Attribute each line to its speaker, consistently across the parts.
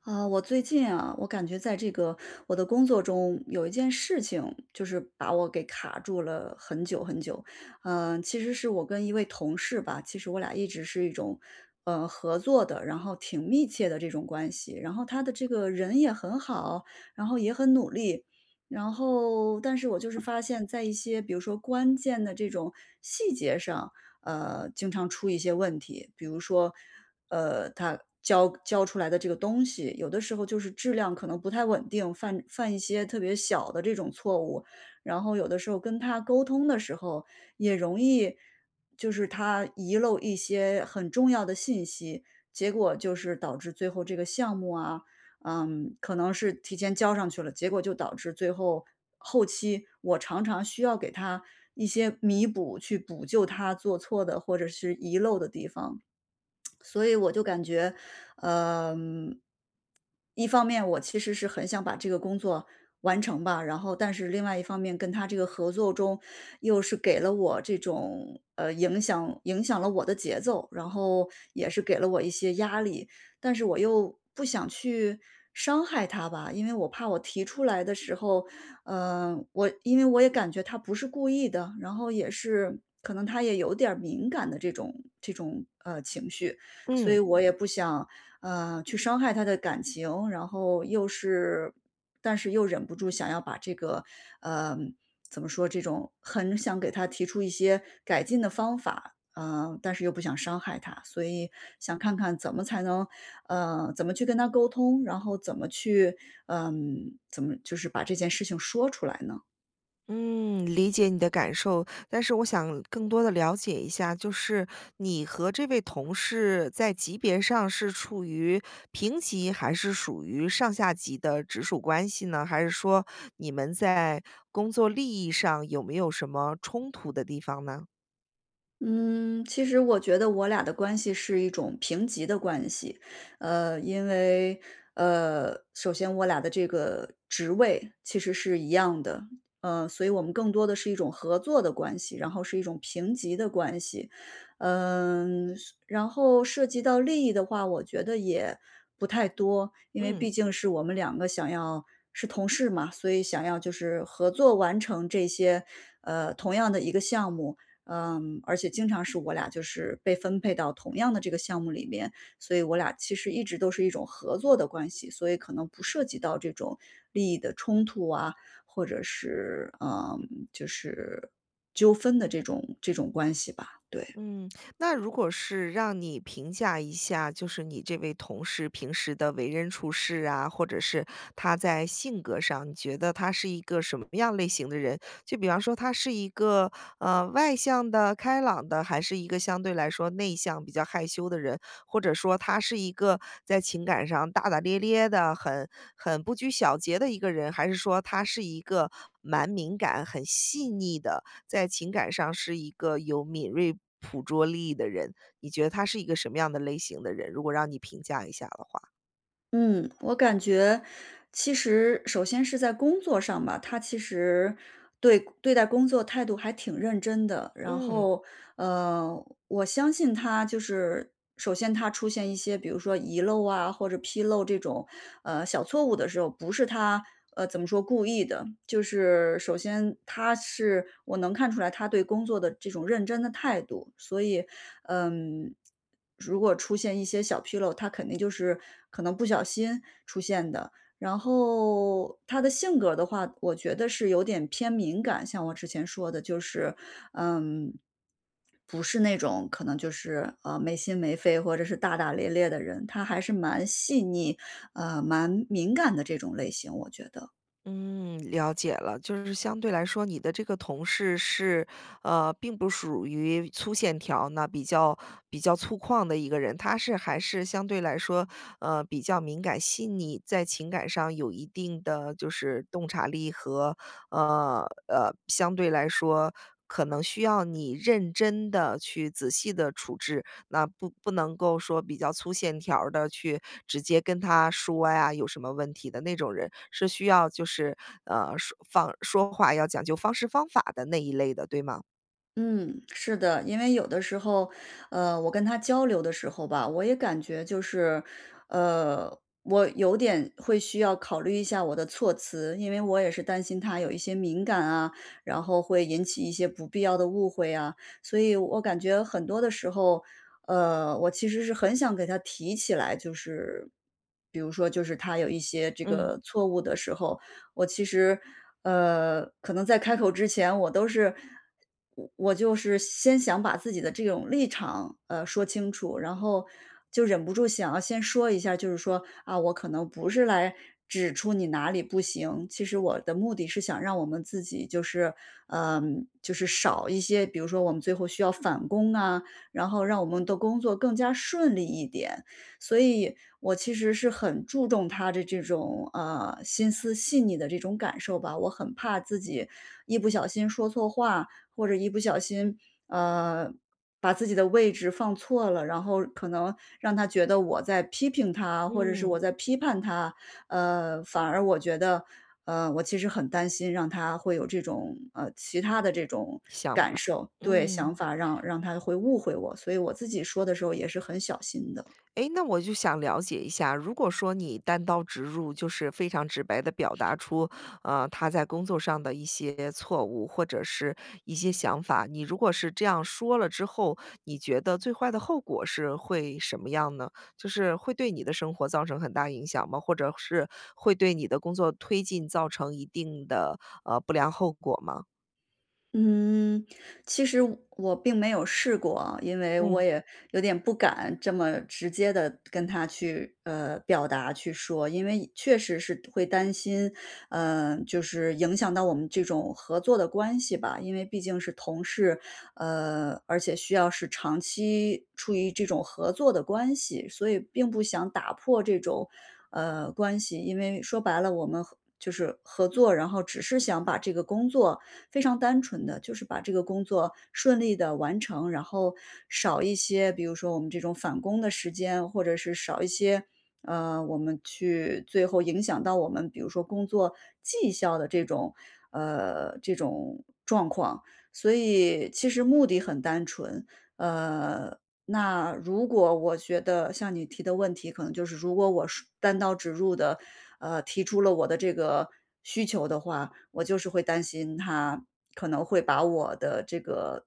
Speaker 1: 啊，我最近啊，我感觉在这个我的工作中有一件事情，就是把我给卡住了很久。其实是我跟一位同事吧，其实我俩一直是一种合作的，然后挺密切的这种关系。然后他的这个人也很好，然后也很努力。然后，但是我就是发现，在一些比如说关键的这种细节上，经常出一些问题，比如说。他教出来的这个东西，有的时候就是质量可能不太稳定，犯一些特别小的这种错误，然后有的时候跟他沟通的时候也容易，就是他遗漏一些很重要的信息，结果就是导致最后这个项目啊，嗯，可能是提前交上去了，结果就导致最后后期我常常需要给他一些弥补，去补救他做错的或者是遗漏的地方。所以我就感觉，嗯，一方面我其实是很想把这个工作完成吧，然后但是另外一方面跟他这个合作中，又是给了我这种呃影响了我的节奏，然后也是给了我一些压力，但是我又不想去伤害他吧，因为我怕我提出来的时候，嗯，我因为我也感觉他不是故意的，然后也是可能他也有点儿敏感的这种情绪，所
Speaker 2: 嗯
Speaker 1: 以我也不想，去伤害他的感情，然后又是但是又忍不住想要把这个，呃，怎么说，这种很想给他提出一些改进的方法，但是又不想伤害他，所以想看看怎么才能，怎么去跟他沟通，然后怎么去，嗯，怎么就是把这件事情说出来呢？
Speaker 2: 嗯，理解你的感受，但是我想更多的了解一下，就是你和这位同事在级别上是处于平级，还是属于上下级的直属关系呢？还是说你们在工作利益上有没有什么冲突的地方呢？
Speaker 1: 嗯，其实我觉得我俩的关系是一种平级的关系，因为首先我俩的这个职位其实是一样的，所以我们更多的是一种合作的关系，然后是一种平级的关系，嗯，然后涉及到利益的话，我觉得也不太多，因为
Speaker 2: 嗯。
Speaker 1: 毕竟是我们两个想要是同事嘛，所以想要就是合作完成这些同样的一个项目。嗯，而且经常是我俩就是被分配到同样的这个项目里面，所以我俩其实一直都是一种合作的关系，所以可能不涉及到这种利益的冲突啊，或者是嗯，就是纠纷的这种关系吧。对，
Speaker 2: 嗯，那如果是让你评价一下，就是你这位同事平时的为人处事啊，或者是他在性格上，你觉得他是一个什么样类型的人？就比方说，他是一个外向的、开朗的，还是一个相对来说内向、比较害羞的人？或者说，他是一个在情感上大大咧咧的、很不拘小节的一个人，还是说他是一个蛮敏感、很细腻的？在情感上是一个有敏锐捕捉力的人，你觉得他是一个什么样的类型的人？如果让你评价一下的话，
Speaker 1: 嗯，我感觉其实首先是在工作上吧，他其实对待工作态度还挺认真的，然
Speaker 2: 嗯。
Speaker 1: 后呃，我相信他就是首先他出现一些，比如说遗漏啊，或者纰漏这种，小错误的时候，不是他，怎么说，故意的。就是首先他是我能看出来他对工作的这种认真的态度，所以，嗯，如果出现一些小纰漏，他肯定就是可能不小心出现的。然后他的性格的话，我觉得是有点偏敏感，像我之前说的，就是，嗯，不是那种可能就是没心没肺或者是大大咧咧的人，他还是蛮细腻，蛮敏感的这种类型，我觉得。
Speaker 2: 嗯，了解了，就是相对来说，你的这个同事是，并不属于粗线条呢，比较粗犷的一个人，他是还是相对来说，比较敏感细腻，在情感上有一定的就是洞察力和，相对来说可能需要你认真的去仔细的处置，那不能够说比较粗线条儿的去直接跟他说呀，有什么问题的那种人，是需要就是，说方说话要讲究方式方法的那一类的，对吗？
Speaker 1: 嗯，是的，因为有的时候，我跟他交流的时候吧，我也感觉就是，我有点会需要考虑一下我的措辞，因为我也是担心他有一些敏感啊，然后会引起一些不必要的误会啊，所以我感觉很多的时候，我其实是很想给他提起来，就是比如说，就是他有一些这
Speaker 2: 嗯。
Speaker 1: 个错误的时候，我其实，可能在开口之前，我就是先想把自己的这种立场，说清楚，然后就忍不住想要先说一下，就是说啊，我可能不是来指出你哪里不行，其实我的目的是想让我们自己就是，嗯，就是少一些，比如说我们最后需要返工啊，然后让我们的工作更加顺利一点。所以我其实是很注重他的这种心思细腻的这种感受吧，我很怕自己一不小心说错话，或者一不小心，呃，把自己的位置放错了，然后可能让他觉得我在批评他，或者是
Speaker 2: 嗯，
Speaker 1: 我在批判他，反而我觉得，我其实很担心让他会有这种，其他的这种
Speaker 2: 想法，
Speaker 1: 感受，对，
Speaker 2: 嗯。
Speaker 1: 想法让他会误会我，所以我自己说的时候也是很小心的。
Speaker 2: 诶，那我就想了解一下，如果说你单刀直入，就是非常直白的表达出，他在工作上的一些错误或者是一些想法，你如果是这样说了之后，你觉得最坏的后果是会什么样呢？就是会对你的生活造成很大影响吗？或者是会对你的工作推进造成一定的，不良后果吗？
Speaker 1: 嗯，其实我并没有试过啊因为
Speaker 2: 嗯。
Speaker 1: 我也有点不敢这么直接的跟他去表达去说，因为确实是会担心，就是影响到我们这种合作的关系吧，因为毕竟是同事，而且需要是长期处于这种合作的关系，所以并不想打破这种，关系。因为说白了，我们合就是合作，然后只是想把这个工作非常单纯的就是把这个工作顺利的完成，然后少一些，比如说我们这种返工的时间，或者是少一些，我们去最后影响到我们，比如说工作绩效的这种状况。所以其实目的很单纯。呃，那如果我觉得像你提的问题，可能就是如果我是单刀直入的，提出了我的这个需求的话，我就是会担心他可能会把我的这个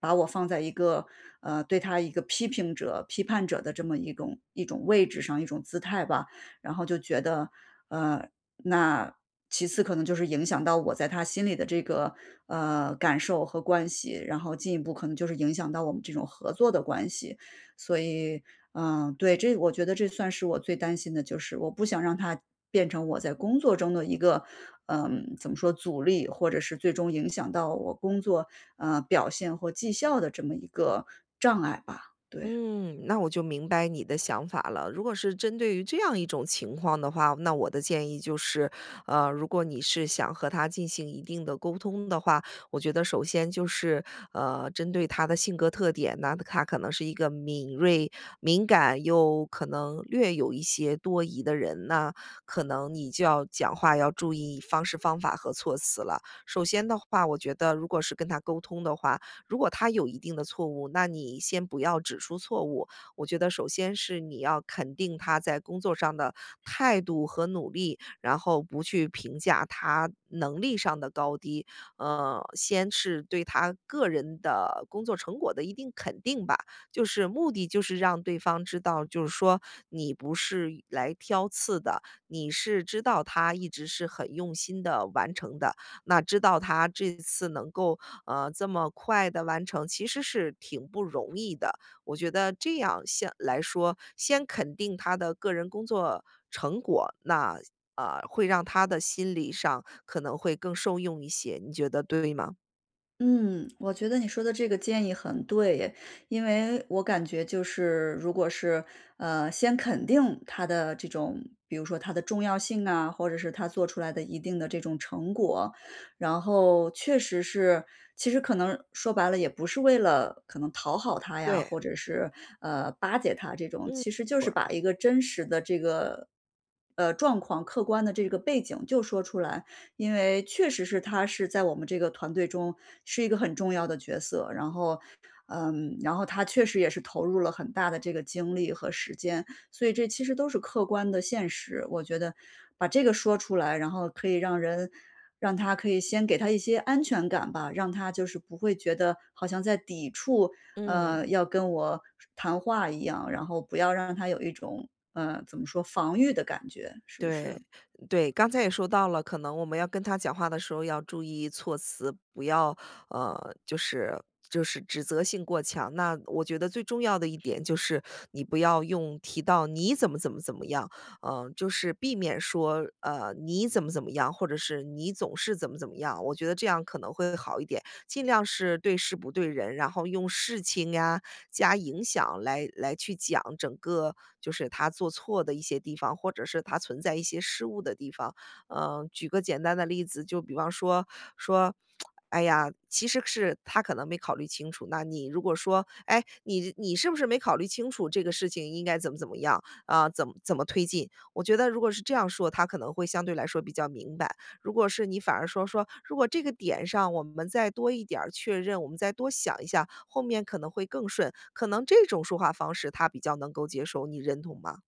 Speaker 1: 把我放在一个，对他一个批评者、批判者的这么一种位置上、一种姿态吧。然后就觉得，呃，那其次可能就是影响到我在他心里的这个，感受和关系，然后进一步可能就是影响到我们这种合作的关系。所以，嗯，对，这我觉得这算是我最担心的，就是我不想让他变成我在工作中的一个，嗯，怎么说阻力，或者是最终影响到我工作，表现或绩效的这么一个障碍吧，对。
Speaker 2: 嗯，那我就明白你的想法了。如果是针对于这样一种情况的话，那我的建议就是，如果你是想和他进行一定的沟通的话，我觉得首先就是，针对他的性格特点，那他可能是一个敏锐、敏感又可能略有一些多疑的人，那可能你就要讲话要注意方式方法和措辞了。首先的话，我觉得如果是跟他沟通的话，如果他有一定的错误，那你先不要指出错误。我觉得首先是你要肯定他在工作上的态度和努力，然后不去评价他能力上的高低。先是对他个人的工作成果的一定肯定吧，就是目的就是让对方知道，就是说你不是来挑刺的，你是知道他一直是很用心的完成的，那知道他这次能够这么快的完成，其实是挺不容易的。我觉得这样先来说，先肯定他的个人工作成果，那，会让他的心理上可能会更受用一些，你觉得对吗？
Speaker 1: 嗯，我觉得你说的这个建议很对耶，因为我感觉就是，如果是先肯定他的这种，比如说他的重要性啊，或者是他做出来的一定的这种成果，然后确实是，其实可能说白了也不是为了可能讨好他呀，
Speaker 2: 对。
Speaker 1: 或者是巴结他这种，
Speaker 2: 嗯，
Speaker 1: 其实
Speaker 2: 没
Speaker 1: 就
Speaker 2: 错
Speaker 1: 是
Speaker 2: 儿。
Speaker 1: 把一个真实的这个状况、客观的这个背景就说出来，因为确实是他是在我们这个团队中是一个很重要的角色，然后，嗯，然后他确实也是投入了很大的这个精力和时间，所以这其实都是客观的现实。我觉得把这个说出来，然后可以让人让他可以先给他一些安全感吧，让他就是不会觉得好像在抵触，
Speaker 2: 嗯。
Speaker 1: 要跟我谈话一样，然后不要让他有一种，怎么说防御的感觉，是不
Speaker 2: 对，
Speaker 1: 是？
Speaker 2: 对，刚才也说到了，可能我们要跟他讲话的时候要注意措辞，不要呃，就是就是指责性过强。那我觉得最重要的一点就是，你不要用提到你怎么怎么怎么样，嗯、就是避免说你怎么怎么样，或者是你总是怎么怎么样。我觉得这样可能会好一点，尽量是对事不对人，然后用事情呀、加影响来去讲整个就是他做错的一些地方，或者是他存在一些失误的地方。嗯，举个简单的例子，就比方说说，哎呀，其实是他可能没考虑清楚。那你如果说，哎，你是不是没考虑清楚这个事情应该怎么怎么样啊、怎么怎么推进？我觉得如果是这样说，他可能会相对来说比较明白。如果是你反而说如果这个点上我们再多一点儿确认，我们再多想一下，后面可能会更顺，可能这种说话方式他比较能够接受，你认同吗？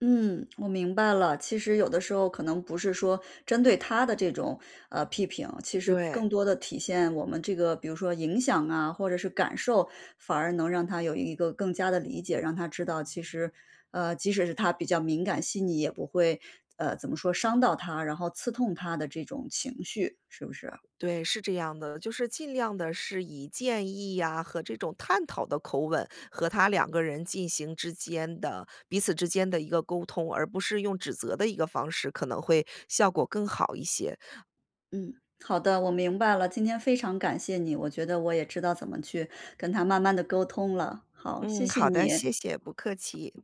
Speaker 1: 嗯，我明白了。其实有的时候可能不是说针对他的这种批评，其实
Speaker 2: 对，
Speaker 1: 更多的体现我们这个，比如说影响啊，或者是感受，反而能让他有一个更加的理解，让他知道其实即使是他比较敏感细腻，也不会怎么说伤到他，然后刺痛他的这种情绪，是不是啊？
Speaker 2: 对，是这样的，就是尽量的是以建议呀、和这种探讨的口吻和他两个人进行之间的彼此之间的一个沟通，而不是用指责的一个方式，可能会效果更好一些。
Speaker 1: 嗯，好的，我明白了。今天非常感谢你，我觉得我也知道怎么去跟他慢慢的沟通了。好，谢
Speaker 2: 嗯，
Speaker 1: 谢
Speaker 2: 好的，
Speaker 1: 你。
Speaker 2: 谢谢，不客气。